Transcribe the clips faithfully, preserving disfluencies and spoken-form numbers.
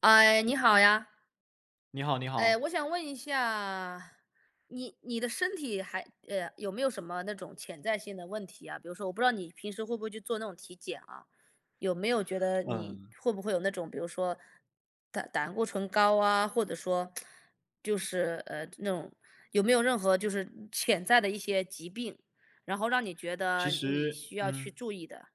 哎，你好呀。你好，你哎，我好。想问一下，你你的身体还呃有没有什么那种潜在性的问题啊？比如说，我不知道你平时会不会去做那种体检啊？有没有觉得你嗯，会不会有那种，比如说胆胆固醇高啊，或者说就是呃那种有没有任何就是潜在的一些疾病，然后让你觉其得你实需要去嗯，注意的？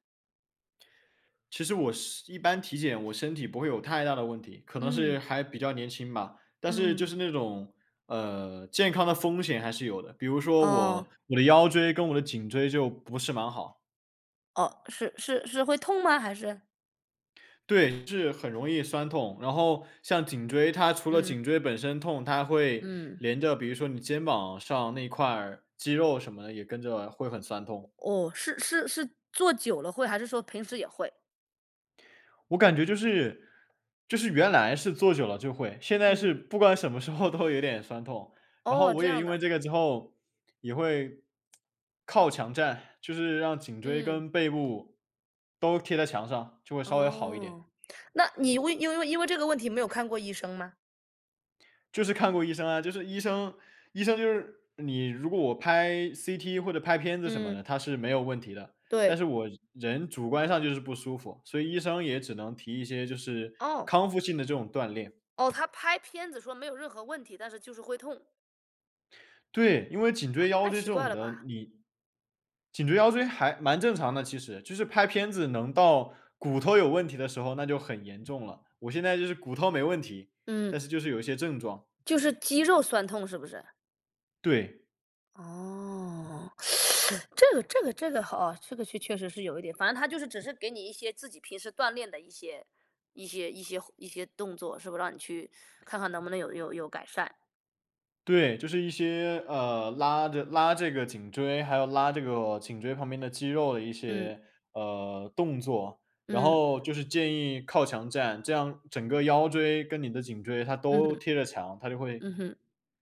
其实我是一般体检，我身体不会有太大的问题，可能是嗯还比较年轻吧。但是嗯。就是那种，呃，健康的风险还是有的。比如说哦。我我的腰椎跟我的颈椎就不是蛮好，哦，是是是会痛吗？还是？对，是很容易酸痛。然后像颈椎，它除了嗯？颈椎本身痛，它会嗯。连着，比如说你肩膀上那块儿肌肉什么的也跟着会很酸痛。哦，是是是做久了会，还是说平时也会？我感觉就是就是原来是坐久了就会，现在是嗯，不管什么时候都有点酸痛。然后哦，我这也样因为的。这个之后也会靠墙站，就是让颈椎嗯，跟背部都贴在墙上，就会稍微好一点。哦，那你为因为因为这个问题没有看过医生吗？就是看过医生啊，就是医生医生就是你如果我拍 C T 或者拍片子什么嗯。的，他是没有问题的。但对。是我人主观上就是不舒服，所以医生也只能提一些就是哦，康复性的这种锻炼。哦，他拍片子说没有任何问题，但是就是会痛，对，因为颈椎腰太椎奇这怪种了的，吧？你颈椎腰椎还蛮正常的，其实就是拍片子能到骨头有问题的时候，那就很严重了。我现在就是骨头没问题，嗯。但是就是有一些症状。就是肌肉酸痛是不是？对，哦，这个这个这个好，这个确确实是有一点，反正他就是只是给你一些自己平时锻炼的一些一些一些一些动作，是不是让你去看看能不能有有有改善。对，就是一些呃拉着拉这个颈椎，还有拉这个颈椎旁边的肌肉的一嗯些呃动作，然嗯后就是建议靠墙站，这样整个腰椎跟你的颈椎它嗯。都贴着墙，它就会嗯哼。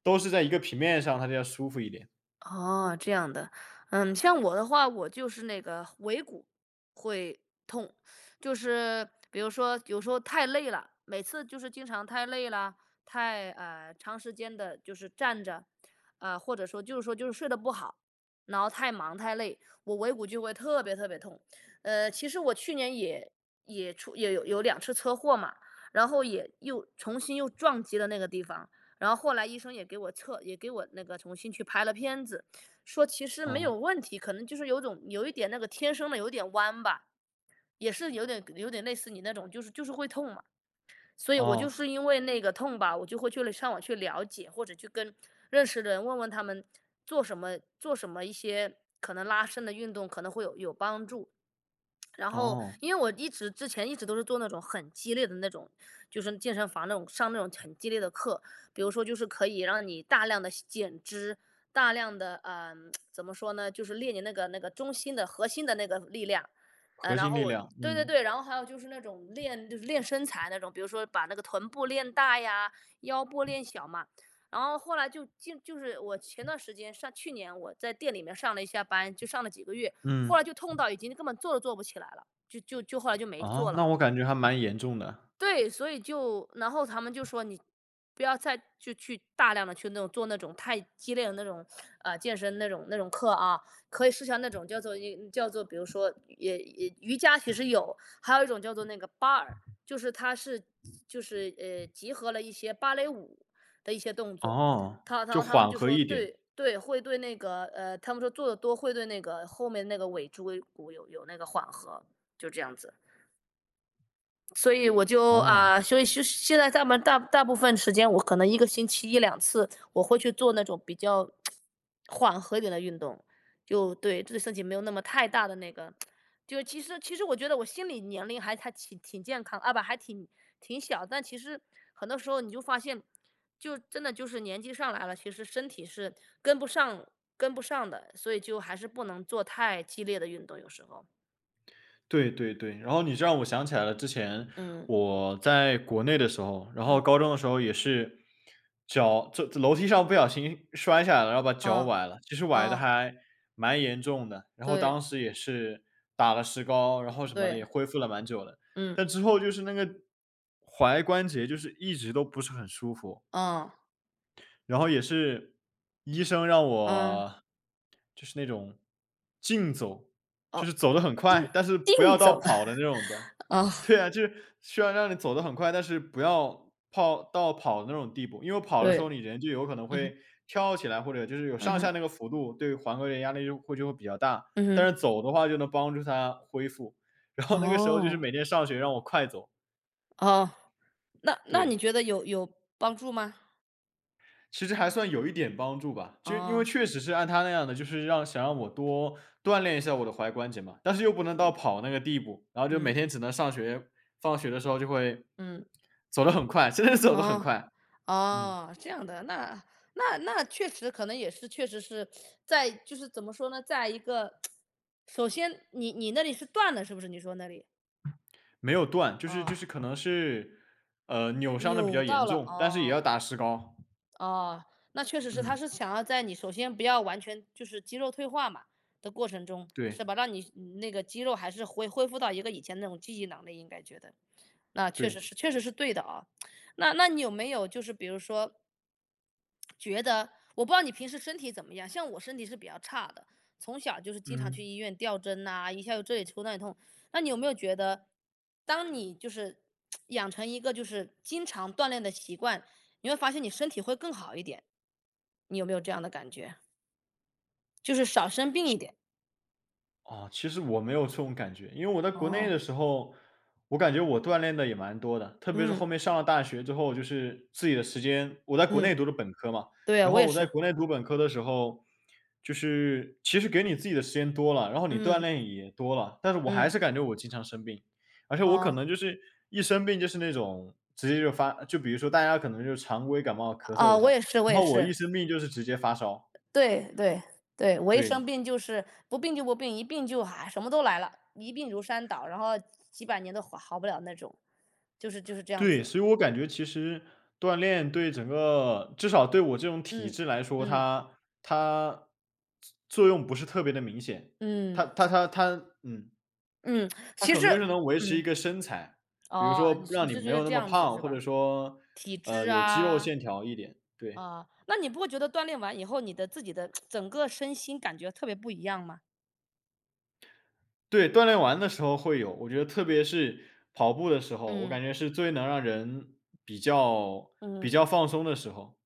都是在一个平面上，它就要舒服一点。哦，这样的。嗯，像我的话，我就是那个尾骨会痛，就是比如说有时候太累了，每次就是经常太累了，太呃长时间的就是站着，呃或者说就是说就是睡得不好，然后太忙太累，我尾骨就会特别特别痛。呃，其实我去年也也出也有有两次车祸嘛，然后也又重新又撞击了那个地方。然后后来医生也给我测，也给我那个重新去拍了片子，说其实没哦，有问题，可能就是有种有一点那个天生的有点弯吧，也是有点有点类似你那种，就是就是会痛嘛。所以我就哦，是因为那个痛吧，我就会去了上网去了解，或者去跟认识的人问问他们做什么做什么一些可能拉伸的运动可能会有有帮助。然后，哦，因为我一直之前一直都是做那种很激烈的那种，就是健身房那种上那种很激烈的课，比如说就是可以让你大量的减脂，大量的嗯、怎么说呢，就是练你那个那个中心的核心的那个力量，呃，核然心后力我量，对对嗯，对，然后还有就是那种练就是练身材那种，比如说把那个臀部练大呀，腰部练小嘛。然后后来就就就是我前段时间上去年我在店里面上了一下班，就上了几个月，后嗯，来就痛到已经根本做都做不起来了，就就就后来就没做哦，了那嘛。我感觉还蛮严重的，对，所以就然后他们就说你不要再就去大量的去那种做那种太激烈的那种，呃，健身那种那种课啊，可以试下那种叫做一叫做比如说也也瑜伽其实有，还有一种叫做那个 bar，就是它是就是呃，集合了一些芭蕾舞的一些动作。哦，他然就后他们缓就和说一点，对对，会对那个呃，他们说做的多会对那个后面那个尾椎骨有有那个缓和，就这样子。所以我就啊、哦。呃所以是现在大部大大部分时间，我可能一个星期一两次，我会去做那种比较缓和一点的运动，就对对身体没有那么太大的那个。就其实其实我觉得我心理年龄还还挺挺健康啊，不还挺挺小，但其实很多时候你就发现，就真的就是年纪上来了，其实身体是跟不上跟不上的，所以就还是不能做太激烈的运动，有时候，对对对，然后你这让我想起来了，之前嗯我在国内的时候，然嗯，后高中的时候也是脚这这楼梯上不小心摔下来了，然后把脚哦崴了，其实崴的哦，还蛮严重的，然后对。当时也是打了石膏，然后什么的对，也恢复了蛮久的，嗯，但之后就是那个踝关节就是一直都不是很舒服，嗯，然后也是医生让嗯，我就是那种竞走，就哦，是走得很快，但是不竞要到走。跑的那种的。哦，对啊，就是需要让你走得很快，但是不要跑到跑的那种地步，因为跑的时候对，你人就有可能嗯哼，会跳起来，或者就是有嗯上下哼，那个幅度，对环格的压力就会就会比较大。嗯但哼，是走的话就能帮助他恢复，然后那个时候就是哦，每天上学让我快走，哦，那那你对。觉得有有帮助吗？其实还算有一点帮助吧，就因为哦，确实是按他那样的，就是让想让我多锻炼一下我的踝关节嘛，但是又不能嗯到跑那个地步，然后就嗯每天只能上学放学的时候就会嗯，走得很快，真的是走得很哦，快。嗯，哦，这样的，那那那确实可能也是，确实是在就是怎么说呢，在一个首先你你那里是断了是不是？你说那里，没有断，就是哦，就是可能是，呃，扭伤的比较扭到严了，重，但是也哦。要打石膏。哦，那确实是，他嗯，是想要在你首先不要完全就是肌肉退化嘛的过程中，是对，吧？让你那个肌肉还是恢恢复到一个以前那种记忆能力，应该觉得那确实对，是确实是对的啊。那那你有没有就是比如说觉得，我不知道你平时身体怎么样，像我身体是比较差的，从小就是经常去嗯。医院吊针呐、一下又这里抽那里痛。那你有没有觉得，当你就是养成一个就是经常锻炼的习惯，你会发现你身体会更好一点？你有没有这样的感觉？就是少生病一点。哦，其实我没有这种感觉，因为我在国内哦，的时候，我感觉我锻炼的也蛮多的，特别是嗯，后面上了大学之后，就是自己的时间，我在国嗯，内读的本科嘛，对啊，然我也后我在是。国内读本科的时候，就是其实给你自己的时间多了，然后你锻嗯，炼也多了，但是我还嗯，是感觉我经常生病，而且我可哦，能就是一生病就是那种直接就发，就比如说大家可能就常规感冒咳嗽啊，一我下，也是我然也后我一是。生病就是直接发烧，对对对，我一生对，病就是不病就不病，一病就啊，什么都来了，一病如山倒，然后几百年都好好不了那种，就是就是这样子。对，所以我感觉其实锻炼对整个至少对我这种体嗯，质来说，嗯，它它作用不是特别的明显。它嗯，它它它嗯，嗯，它其可实能就是能维持一嗯，个身材，比如哦，你说是你让你是觉没得有那这么样子胖，是或者吧？说，体呃，质有肌肉啊，线条一点，对。啊，那你不会觉得锻炼完以后，你的自己的 整个身心感觉特别不一样吗？对，锻炼完的时候会有，我觉得特别是跑步的时候，我嗯。感觉是最能让人比较嗯。比较放松的时候。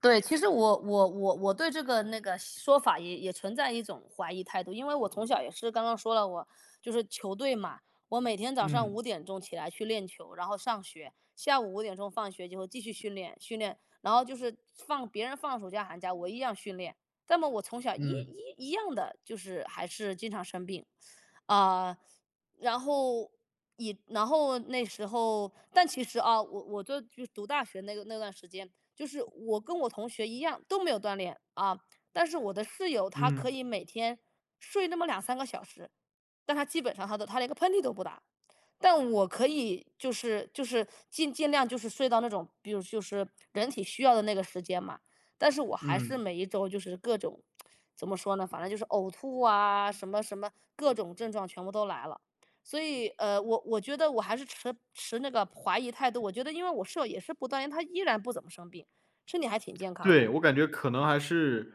对，其实我我我我对这个那个说法也也存在一种怀疑态度，因为我从小也是刚刚说了我，就是球队嘛，我每天早上五嗯，点钟起来去练球，然后上学，下午五点钟放学以后继续训练训练，然后就是放别人放暑假寒假，我一样训练。那么我从小一嗯，一一样的就是还是经常生病，啊、然后以然后那时候，但其实啊，我我就就读大学那个那段时间，就是我跟我同学一样都没有锻炼啊，但是我的室友他可嗯，以每天睡那么两三个小时，但他基本上他的他连个喷嚏都不打。但我可以就是就是尽尽量就是睡到那种，比如就是人体需要的那个时间嘛，但是我还是嗯。每一周就是各种怎么说呢，反正就是呕吐啊，什么什么各种症状全部都来了。所以，呃，我我觉得我还是持持那个怀疑态度，我觉得因为我室友也是不锻炼，她依然不怎么生病。身体还挺健康的，对，我感觉可能还是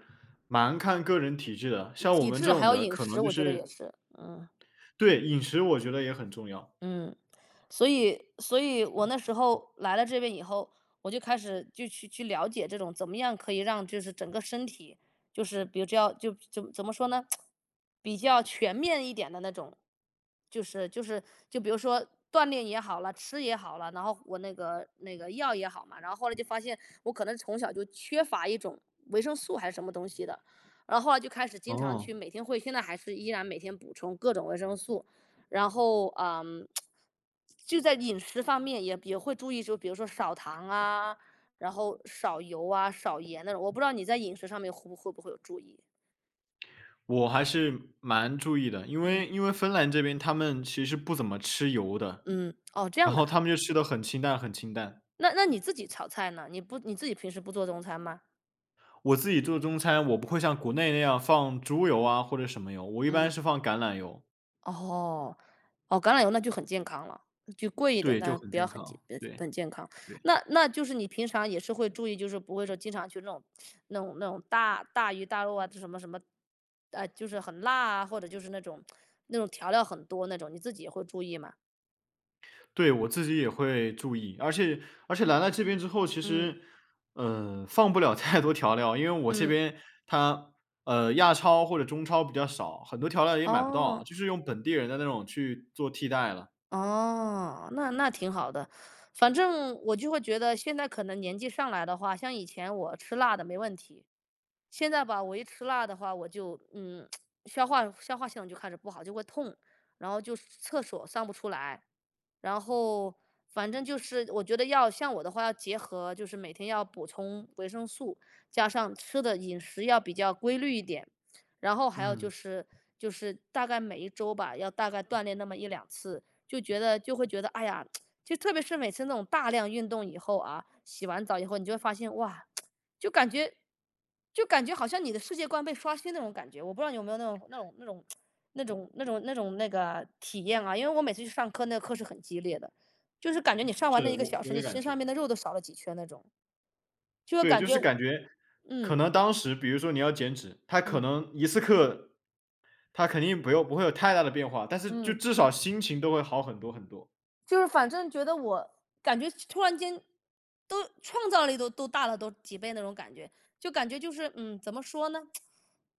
蛮看个人体质的，像我体们这质还种有的，饮可食，能就我觉得也是是，嗯。对，饮食我觉得也很重要。嗯，所以所以我那时候来了这边以后，我就开始就去去了解这种怎么样可以让就是整个身体，就是比如这样就怎怎么说呢，比较全面一点的那种，就是就是就比如说锻炼也好了，吃也好了，然后我那个那个药也好嘛，然后后来就发现我可能从小就缺乏一种维生素还是什么东西的，然后后来就开始经常去哦，每天会，现在还是依然每天补充各种维生素。然后，嗯，就在饮食方面也也会注意，就比如说少糖啊，然后少油啊、少盐那种。我不知道你在饮食上面会不会不会有注意？我还是蛮注意的，因为嗯，因为芬兰这边他们其实不怎么吃油的，嗯，哦，这样然的后啊他们就吃的很清淡很清淡。那那你自己炒菜呢？你不你自己平时不做中餐吗？我自己做中餐，我不会像国内那样放猪油啊或者什么油，我一般嗯。是放橄榄油，哦，哦，橄榄油那就很健康了，就贵一点，对，就但很不要健很健康，呃对很健康。对。那那就是你平常也是会注意，就是不会说经常去那种那种那种大大鱼大肉啊，这什么什么，呃，就是很辣啊，或者就是那种那种调料很多那种，你自己也会注意吗？对，我自己也会注意，而且而且来了这边之后，其嗯，实，呃，放不了 太多调料，因为我这嗯，边它，呃，亚超或者中超比较少，很多调料也买不到，哦，就是用本地人的那种去做替代了。哦，那那挺好的。反正我就会觉得现在可能年纪上来的话，像以前我吃辣的没问题，现在吧，我一吃辣的话，我就嗯，消化消化系统就开始不好，就会痛，然后就是厕所上不出来，然后反正就是我觉得要像我的话，要结合就是每天要补充维生素，加上吃的饮食要比较规律一点，然后还有就嗯，是就是大概每一周吧，要大概锻炼那么一两次，就觉得就会觉得哎呀，就特别是每次那种大量运动以后啊，洗完澡以后，你就会发现哇。就感觉就感觉好像你的世界观被刷新那种感觉，我不知道你有没有那种那种那种那种那种那种那个体验啊？因为我每次去上课，那个课是很激烈的，就是感觉你上完是那一的，个我小时，我也你感身上觉，面的肉都少了几圈那种，就会对，感就觉，是感觉可嗯能当时比如说你要减脂，它可嗯能一次课它肯定不用不会有太大的变化，但是就嗯。至少心情都会好很多很多。就是反正觉得我感觉突然间都创造力都都大了，都几倍那种感觉，就感觉就是嗯，怎么说呢？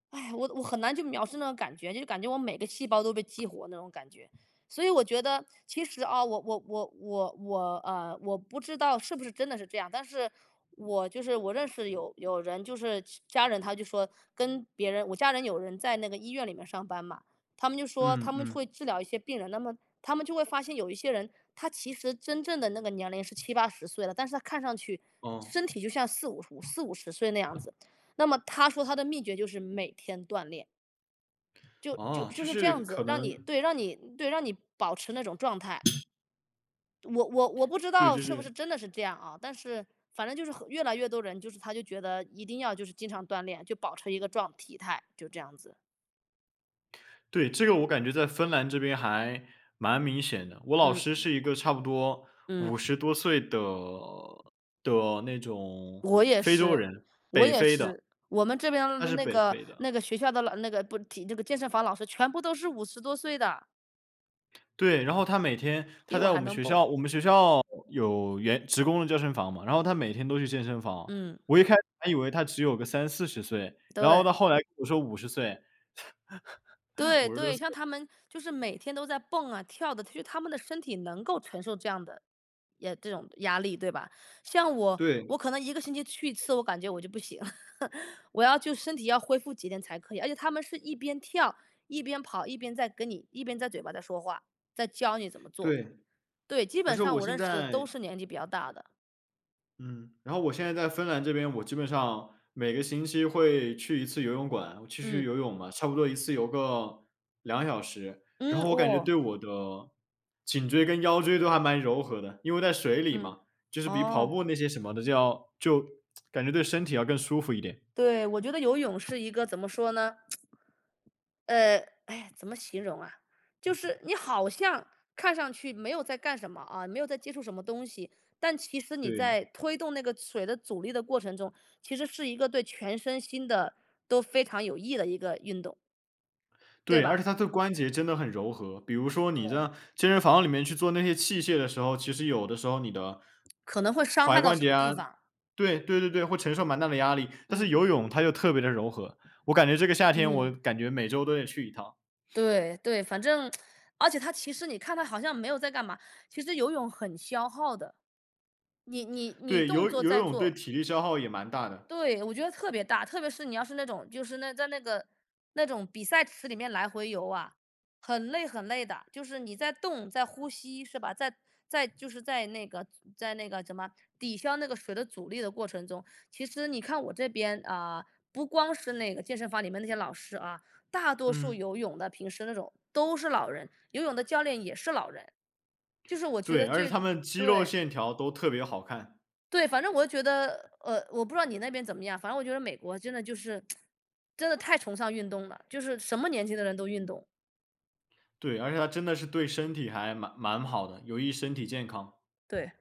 哎，我我很难去描述那种感觉，就感觉我每个细胞都被激活那种感觉。所以我觉得，其实啊，我我我我我呃，我不知道是不是真的是这样，但是我就是我认识有有人，就是家人他就说跟别人，我家人有人在那个医院里面上班嘛，他们就说他嗯们嗯，会治疗一些病人，那么他们就会发现有一些人，他其实真正的那个年龄是七八十岁了，但是他看上去哦身体就像四五五四五十岁那样子。那么他说他的秘诀就是每天锻炼，就就哦，就就是这是样子，可能让你对让你对让你保持那种状态。我我我不知对，道就是不是是真的是这样啊，但是反正就是很越来越多人，就是他就觉得一定要就是经常锻炼，就保持一个状体态，就这样子。对，这个我感觉在芬兰这边还蛮明显的。我老师嗯是一个差不多嗯。五十多岁的的那种我也非洲是，人，我北也非的，是。我们这边儿他是那北个非的。那个学校的老那个不体那个健身房老师全部都是五十多岁的，对，然后他每天比他我在我还们能学蹦。校我们学校有员职工的健身房嘛，然后他每天都去健身房。嗯，我一开始还以为他只有个三四十岁，然后对，到后来跟我说五十岁 对五十多对，岁。像他们就是每天都在蹦啊跳的，就是他们的身体能够承受这样的也这种压力，对吧？像我，对，我可能一个星期去一次，我感觉我就不行，我要就身体要恢复几天才可以。而且他们是一边跳，一边跑，一边在跟你一边在嘴巴在说话，在教你怎么做。对，对，基而本且上我我现认识的都在是年纪比较大的。嗯，然后我现在在芬兰这边，我基本上每个星期会去一次游泳馆，我去去嗯，游泳嘛，差不多一次游个两小时。然嗯，后我感觉对我我的颈椎跟腰椎都还蛮柔和的，因为在水里嗯，嘛，就是比跑哦，步那些什么的就要就感觉对身体要更舒服一点。对，我觉得游泳是一个怎么说呢？呃，哎，怎么形容啊？就是你好像看上去没有在干什么啊，没有在接触什么东西，但其实你对，在推动那个水的阻力的过程中，其实是一个对全身心的都非常有益的一个运动，对对，而且吧？它对关节真的很柔和。比如说你在健身房里面去做那些器械的时候，其实有的时候你的可能会伤害踝到关什节么地啊方？对对对对，会承受蛮大的压力。但是嗯游泳它就特别的柔和，我感觉这个夏天我嗯。感觉每周都得去一趟。对对，反正而且他其实你看他好像没有在干嘛，其实游泳很消耗的。你你你对，动游作游在泳对做，体力消耗也蛮大的。对，我觉得特别大，特别是你要是那种就是那在那个那种比赛池里面来回游啊，很累很累的，就是你在动，在呼吸，是吧？在在就是在那个在那个什么抵消那个水的阻力的过程中，其实你看我这边啊、不光是那个健身房里面那些老师啊，大多数嗯，游泳的平时那种都是老人，游泳的教练也是老人，就是我觉对，得而且最他们肌肉对线条都特别好看。对，反正我觉得，呃，我不知道你那边怎么样，反正我觉得美国真的就是，真的太崇尚运动了，就是什么年纪的人都运动，对，而且它真的是对身体还蛮蛮好的，有益身体健康。对。